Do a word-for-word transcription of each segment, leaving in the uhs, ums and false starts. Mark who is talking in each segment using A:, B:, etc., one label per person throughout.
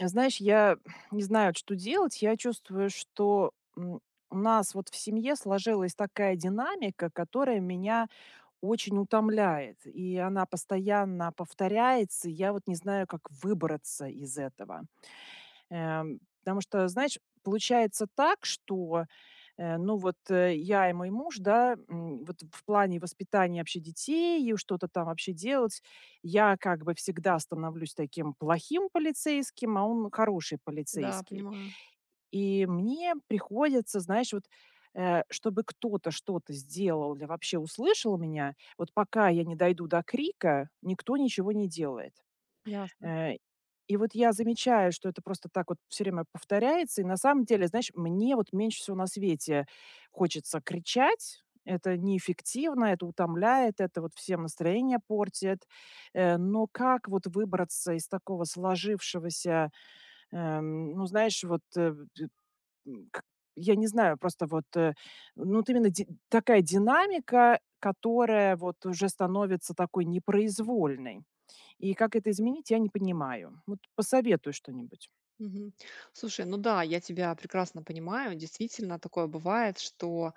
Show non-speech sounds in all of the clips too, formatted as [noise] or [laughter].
A: Знаешь, я не знаю, вот что делать. Я чувствую, что м, у нас вот в семье сложилась такая динамика, которая меня очень утомляет. И она постоянно повторяется. и Я вот не знаю, как выбраться из этого. Эм, потому что, знаешь, получается так, что, э, ну, вот, э, я и мой муж, да, м, вот в плане воспитания вообще детей и что-то там вообще делать, я как бы всегда становлюсь таким плохим полицейским, а он хороший
B: Да,
A: полицейский.
B: понимаю.
A: И мне приходится, знаешь, вот, э, чтобы кто-то что-то сделал или вообще услышал меня, вот пока я не дойду до крика, никто ничего не делает.
B: Ясно.
A: Э, и вот я замечаю, что это просто так вот все время повторяется. И на самом деле, знаешь, мне вот меньше всего на свете хочется кричать. Это неэффективно, это утомляет, это вот всем настроение портит. Э, но как вот выбраться из такого сложившегося, эм, ну, знаешь, вот, э, м, к я не знаю, просто вот, э, ну, вот именно ди такая динамика, которая вот уже становится такой непроизвольной. И как это изменить, я не понимаю. Вот посоветуй что-нибудь.
B: Мгм. Слушай, ну да, я тебя прекрасно понимаю. Действительно, такое бывает, что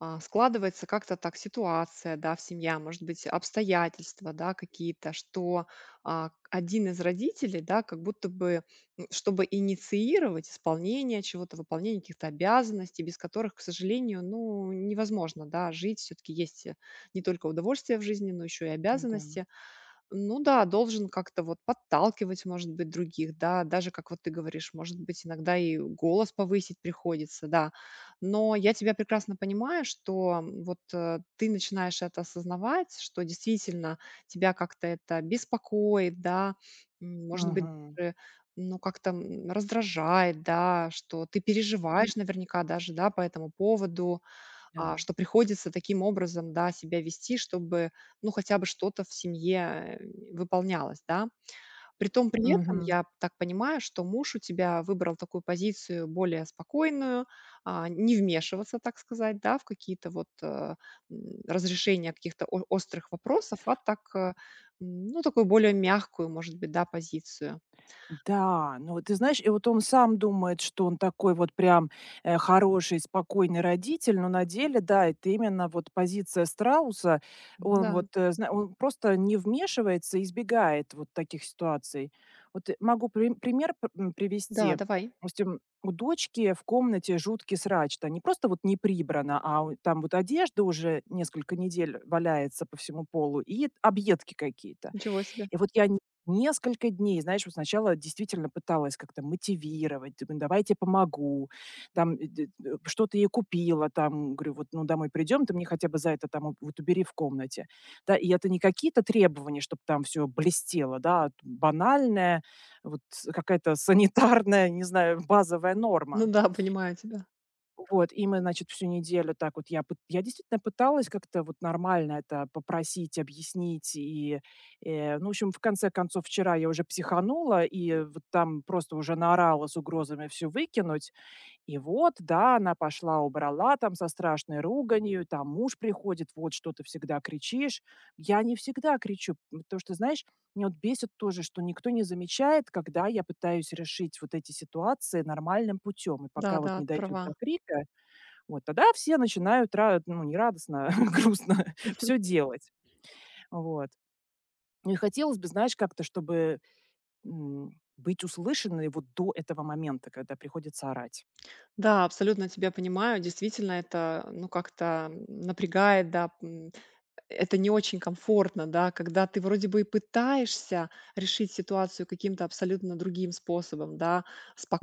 B: а, складывается как-то так ситуация, да, в семье, а может быть, обстоятельства, да, какие-то, что а, один из родителей, да, как будто бы, м, чтобы инициировать исполнение чего-то, выполнение каких-то обязанностей, без которых, к сожалению, ну, невозможно, да, жить. Все-таки есть э, не только удовольствие в жизни, но еще и
A: Да.
B: обязанности. Ну да, должен как-то вот подталкивать, может быть, других, да, даже, как вот ты говоришь, может быть, иногда и голос повысить приходится, да. Но я тебя прекрасно понимаю, что м, вот э, ты начинаешь это осознавать, что действительно тебя как-то это беспокоит, да, м, может быть,
A: Мгм.
B: даже, ну, как-то м, раздражает, да, что ты
A: Пон
B: переживаешь наверняка даже, да, по этому поводу,
A: Да.
B: а, что приходится таким образом, да, себя вести, чтобы, ну, хотя бы что-то в семье э, выполнялось, да. Притом при этом
A: Мгм.
B: я так понимаю, что муж у тебя выбрал такую позицию более спокойную, а, не вмешиваться, так сказать, да, в какие-то вот э, м, разрешения каких-то о- острых вопросов, а так, э, м, ну, такую более мягкую, может быть, да, позицию.
A: Да, ну вот ты знаешь, и вот он сам думает, что он такой вот прям, э, хороший, спокойный родитель, но на деле, да, это именно вот позиция страуса.
B: Ну
A: Он
B: да,
A: вот, э, зна он просто не вмешивается, избегает вот таких ситуаций. Вот э, могу при пример п м,
B: да,
A: привести.
B: давай.
A: Допустим, у дочки в комнате жуткий срач. То Не просто вот не прибрано, а у там вот одежда уже несколько недель валяется по всему полу и объедки какие-то.
B: Ничего себе.
A: И вот я н несколько дней, знаешь, вот сначала действительно пыталась как-то мотивировать, думаю: "Давай помогу". Там, э, д э, что-то ей купила, там, говорю: "Вот, ну, домой придем, ты мне хотя бы за это там у вот убери в комнате". Да, и это не какие-то требования, чтобы там все блестело, да, а т банальная вот с- какая-то санитарная, [laughs] не знаю, базовая норма.
B: Ну да, понимаю тебя.
A: Вот, и мы, значит, всю неделю так вот я пыт я действительно пыталась как-то вот нормально это попросить, объяснить и, э, ну, в общем, в конце концов, вчера я уже психанула и вот там просто уже наорала с угрозами всё выкинуть. И вот, да, она пошла, убрала там со страшной руганью, там муж приходит: "Вот что ты всегда кричишь". Я не всегда кричу, потому что, знаешь, меня вот бесит тоже, что никто не замечает, когда я пытаюсь решить вот эти ситуации нормальным путем. И
B: Да,
A: пока вот
B: да,
A: не дойдет
B: права.
A: до крика вот, тогда все начинают ра ну, не радостно, [laughs] грустно [laughs] все делать. Вот. И хотелось бы, знаешь, как-то, чтобы, м, быть услышанной вот до этого момента, когда приходится орать.
B: Да, абсолютно тебя понимаю. Действительно, это, ну, как-то м, напрягает, да, м, это не очень комфортно, да, когда ты вроде бы и пытаешься решить ситуацию каким-то абсолютно другим способом, да,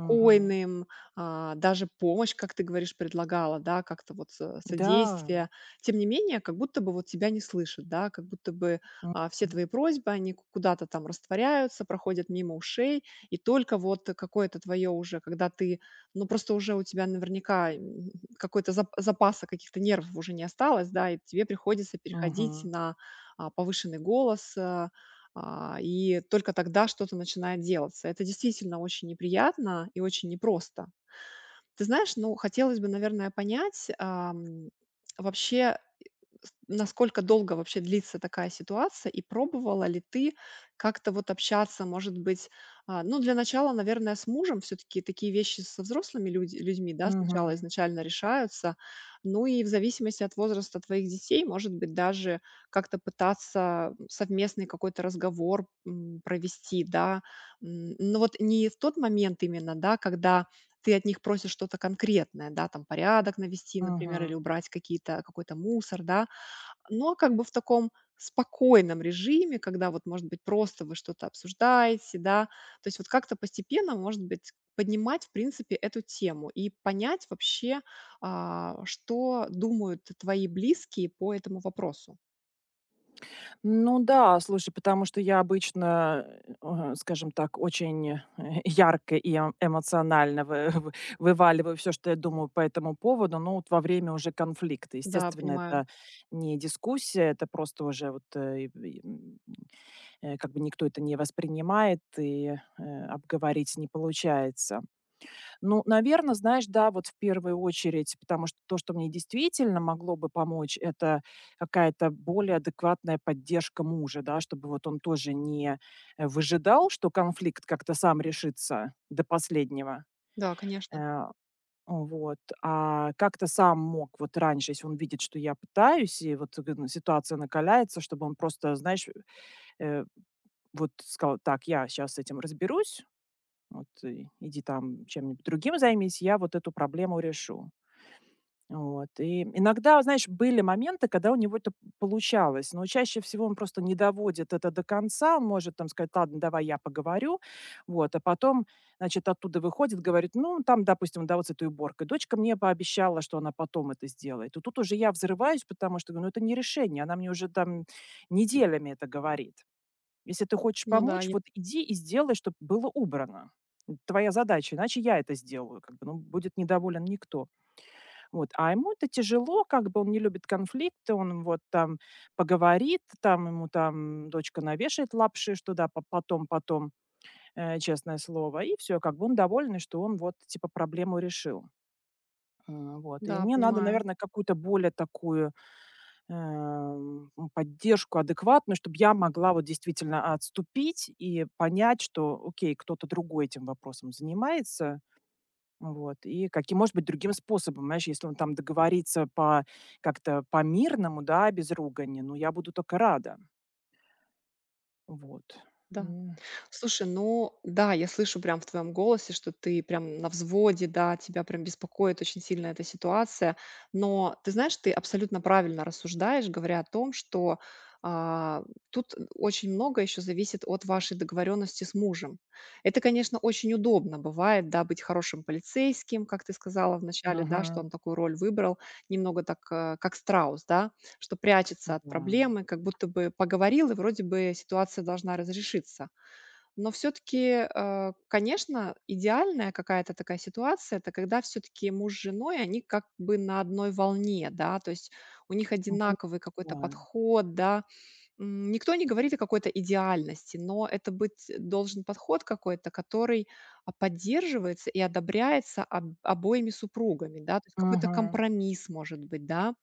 A: Мгм.
B: а, даже помощь, как ты говоришь, предлагала, да, как-то вот со-
A: Да.
B: содействие. Тем не менее, как будто бы вот тебя не слышат, да, как будто бы а, все
A: Мгм.
B: твои просьбы, они ку- куда-то там растворяются, проходят мимо ушей, и только вот какое-то твое уже, когда ты, ну, просто уже у тебя наверняка [laughs] какой-то зап запаса каких-то нервов уже не осталось, да, и тебе приходится переходить
A: Мгм.
B: на, а, повышенный голос, э, а, и только тогда что-то начинает делаться. Это действительно очень неприятно и очень непросто. Ты знаешь, ну, хотелось бы, наверное, понять, ам, вообще, с насколько долго вообще длится такая ситуация, и пробовала ли ты как-то вот общаться, может быть, а, ну, для начала, наверное, с мужем все-таки такие вещи со взрослыми людь- людьми, да, сначала
A: Мгм.
B: изначально решаются, ну и в зависимости от возраста твоих детей, может быть, даже как-то пытаться совместный какой-то разговор м, провести, да. М, но вот не в тот момент именно, да, когда ты от них просишь что-то конкретное, да, там порядок навести, например, или
A: Мгм.
B: убрать какие-то, какой-то мусор, да, но как бы в таком спокойном режиме, когда вот, может быть, просто вы что-то обсуждаете, да. То есть вот как-то постепенно, может быть, поднимать, в принципе, эту тему и понять вообще, а, что думают твои близкие по этому вопросу.
A: Ну да, слушай, потому что я обычно, э, э, скажем так, очень, э, ярко и эм эмоционально вы вы вываливаю все, что я думаю по этому поводу, но вот во время уже конфликта.
B: Да,
A: Естественно,
B: понимаю.
A: это не дискуссия, это просто уже вот, э, и и, м, э, как бы никто это не воспринимает и, э, обговорить не получается. Ну, наверное, знаешь, да, вот в первую очередь, потому что то, что мне действительно могло бы помочь, это какая-то более адекватная поддержка мужа, да, чтобы вот он тоже не, э, выжидал, что конфликт как-то сам решится до последнего.
B: Да, конечно.
A: Э, вот, а как-то сам мог вот раньше, если он видит, что я пытаюсь, и вот, г ситуация накаляется, чтобы он просто, знаешь, э, вот сказал: "Так, я сейчас с этим разберусь". Вот и иди там чем-нибудь другим займись, я вот эту проблему решу. Вот. И иногда, знаешь, были моменты, когда у него это получалось, но чаще всего он просто не доводит это до конца, он может там сказать, ладно, давай я поговорю, вот, а потом, значит, оттуда выходит, говорит, ну, там, допустим, да, вот с этой уборкой, дочка мне пообещала, что она потом это сделает, и тут уже я взрываюсь, потому что, говорю, ну, это не решение, она мне уже там неделями это говорит. Если ты хочешь
B: Ну да,
A: помочь,
B: я
A: вот иди и сделай, чтобы было убрано. Твоя задача, иначе я это сделаю, как бы, ну, будет недоволен никто. Вот, а ему это тяжело, как бы он не любит конфликты, он вот там поговорит, там ему там дочка навешает лапши, что да, по- потом, потом, э, честное слово, и все, как бы он доволен, что он вот типа проблему решил. М, Вот, и
B: да,
A: мне надо,
B: понимаю.
A: наверное, какую-то более такую Эм, м, поддержку адекватную, чтобы я могла вот действительно отступить и понять, что, окей, кто-то другой этим вопросом занимается, вот, и каким, может быть, другим способом, знаешь, если он там договорится по как-то по-мирному, да, без ругани, ну, я буду только рада, вот.
B: Да.
A: М,
B: Слушай, ну да, я слышу прям в твоем голосе, что ты прям на взводе, да, тебя прям беспокоит очень сильно эта ситуация. Но ты знаешь, ты абсолютно правильно рассуждаешь, говоря о том, что а, тут очень много еще зависит от вашей договоренности с мужем. Это, конечно, очень удобно бывает, да, быть хорошим полицейским, как ты сказала вначале, да, что он
A: мгм,
B: такую роль выбрал, немного так, э, как страус, да, что прячется от
A: да,
B: проблемы, как будто бы поговорил, и вроде бы ситуация должна разрешиться. Но все таки конечно, идеальная какая-то такая ситуация — это когда все таки муж с женой, они как бы на одной волне, да, то есть у них
A: вот,
B: одинаковый какой-то
A: да,
B: подход, да. М, никто не говорит о какой-то идеальности, но это быть э, должен подход какой-то, который, а, поддерживается и одобряется об обоими супругами, да. То есть какой-то
A: мгм,
B: компромисс, может быть, да.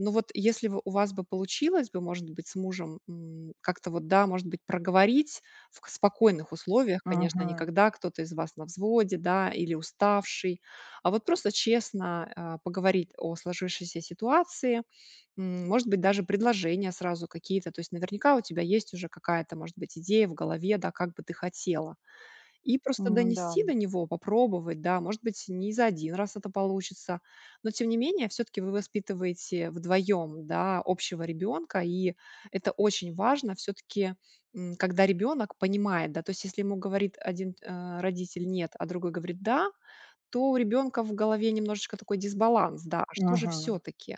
B: Ну вот если бы у вас бы получилось бы, может быть, с мужем, м, как-то вот, да, может быть, проговорить в к спокойных условиях, конечно, а не
A: мгм,
B: когда кто-то из вас на взводе, да, или уставший, а вот просто честно, а, поговорить о сложившейся ситуации, м, может быть, даже предложения сразу какие-то. То есть наверняка у тебя есть уже какая-то, может быть, идея в голове, да, как бы ты хотела. И просто
A: ну да,
B: донести до него, попробовать, да, может быть, не за один раз это получится, но тем не менее все таки вы воспитываете вдвоем, да, общего ребенка, и это очень важно все таки когда ребенок понимает, да. То есть если ему говорит один э, родитель "нет", а другой говорит "да", то у ребенка в голове немножечко такой дисбаланс, да, а что же все
A: мгм,
B: таки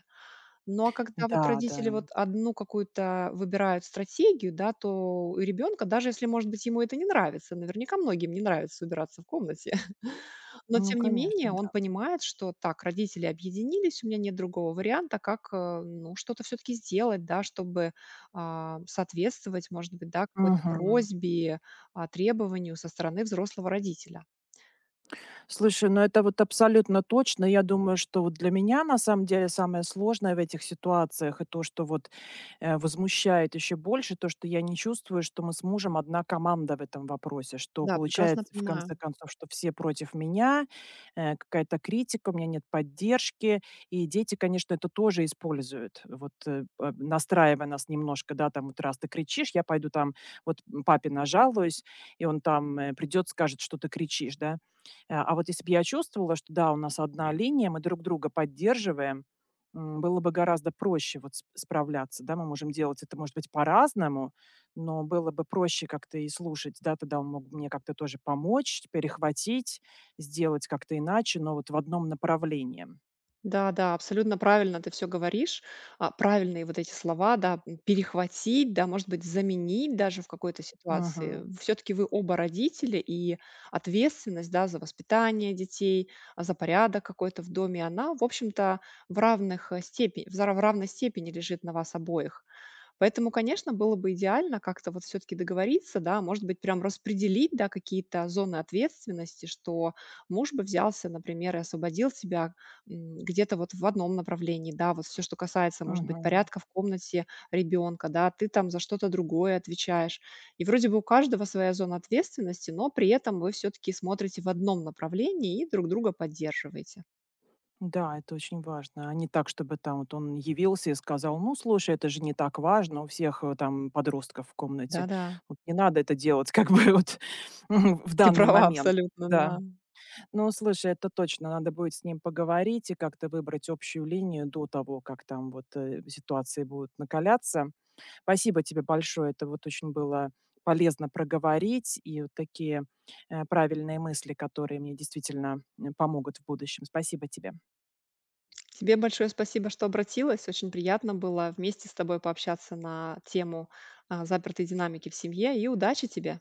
B: ну, а когда вот
A: да-да,
B: родители вот одну какую-то выбирают стратегию, да, то у ребенка, даже если, может быть, ему это не нравится, наверняка многим не нравится убираться в комнате, [laughs] но
A: ну,
B: тем не
A: конечно,
B: менее он
A: да,
B: понимает, что так, родители объединились, у меня нет другого варианта, как, э, ну, что-то все-таки сделать, да, чтобы а, соответствовать, может быть, да, какой-то
A: мгм.
B: просьбе, а, требованию со стороны взрослого родителя.
A: Слушай, ну это вот абсолютно точно. Я думаю, что вот для меня на самом деле самое сложное в этих ситуациях и то, что вот э, возмущает еще больше, то, что я не чувствую, что мы с мужем одна команда в этом вопросе, что
B: Да, прекрасно
A: получается в конце
B: понимаю.
A: концов, что все против меня, э, какая-то критика, у меня нет поддержки, и дети, конечно, это тоже используют, вот э, э, настраивая нас немножко, да, там вот раз ты кричишь, я пойду там вот м, папе нажалуюсь, и он там э, придет, скажет, что ты кричишь, да. Э, а вот если бы я чувствовала, что да, у нас одна линия, мы друг друга поддерживаем, м, было бы гораздо проще вот сп справляться, да. Мы можем делать это, может быть, по-разному, но было бы проще как-то и слушать, да. Тогда он мог бы мне как-то тоже помочь, перехватить, сделать как-то иначе, но вот в одном направлении.
B: Да, да, абсолютно правильно ты все говоришь. А, правильные вот эти слова, да, м, перехватить, да, может быть, заменить даже в какой-то ситуации.
A: Мгм.
B: Все таки вы оба родители, и ответственность, да, за воспитание детей, а, за порядок какой-то в доме, она, в общем-то, в равных, э, в зара в равной степени лежит на вас обоих. Поэтому, конечно, было бы идеально как-то вот все таки договориться, да, может быть, прям распределить, да, какие-то зоны ответственности, что муж бы взялся, например, и освободил себя м, где-то вот в одном направлении, да, вот все, что касается, может быть,
A: Мгм.
B: порядка в комнате ребенка, да, ты там за что-то другое отвечаешь. И вроде бы у каждого своя зона ответственности, но при этом вы все таки смотрите в одном направлении и друг друга поддерживаете.
A: Да, это очень важно. А не так, чтобы там вот он явился и сказал, ну, слушай, это же не так важно, у всех э, там подростков в комнате.
B: Да-да,
A: Вот не надо это делать [laughs] как бы вот [laughs] в
B: ты
A: данный
B: права
A: момент.
B: абсолютно,
A: Да.
B: да.
A: Ну, слушай, это точно, надо будет с ним поговорить и как-то выбрать общую линию до того, как там вот э, ситуации будут накаляться. Спасибо тебе большое, это вот очень было полезно проговорить и вот такие э, правильные мысли, которые мне действительно э, помогут в будущем. Спасибо тебе.
B: Тебе большое спасибо, что обратилась. Очень приятно было вместе с тобой пообщаться на тему а, запертой динамики в семье. И удачи тебе!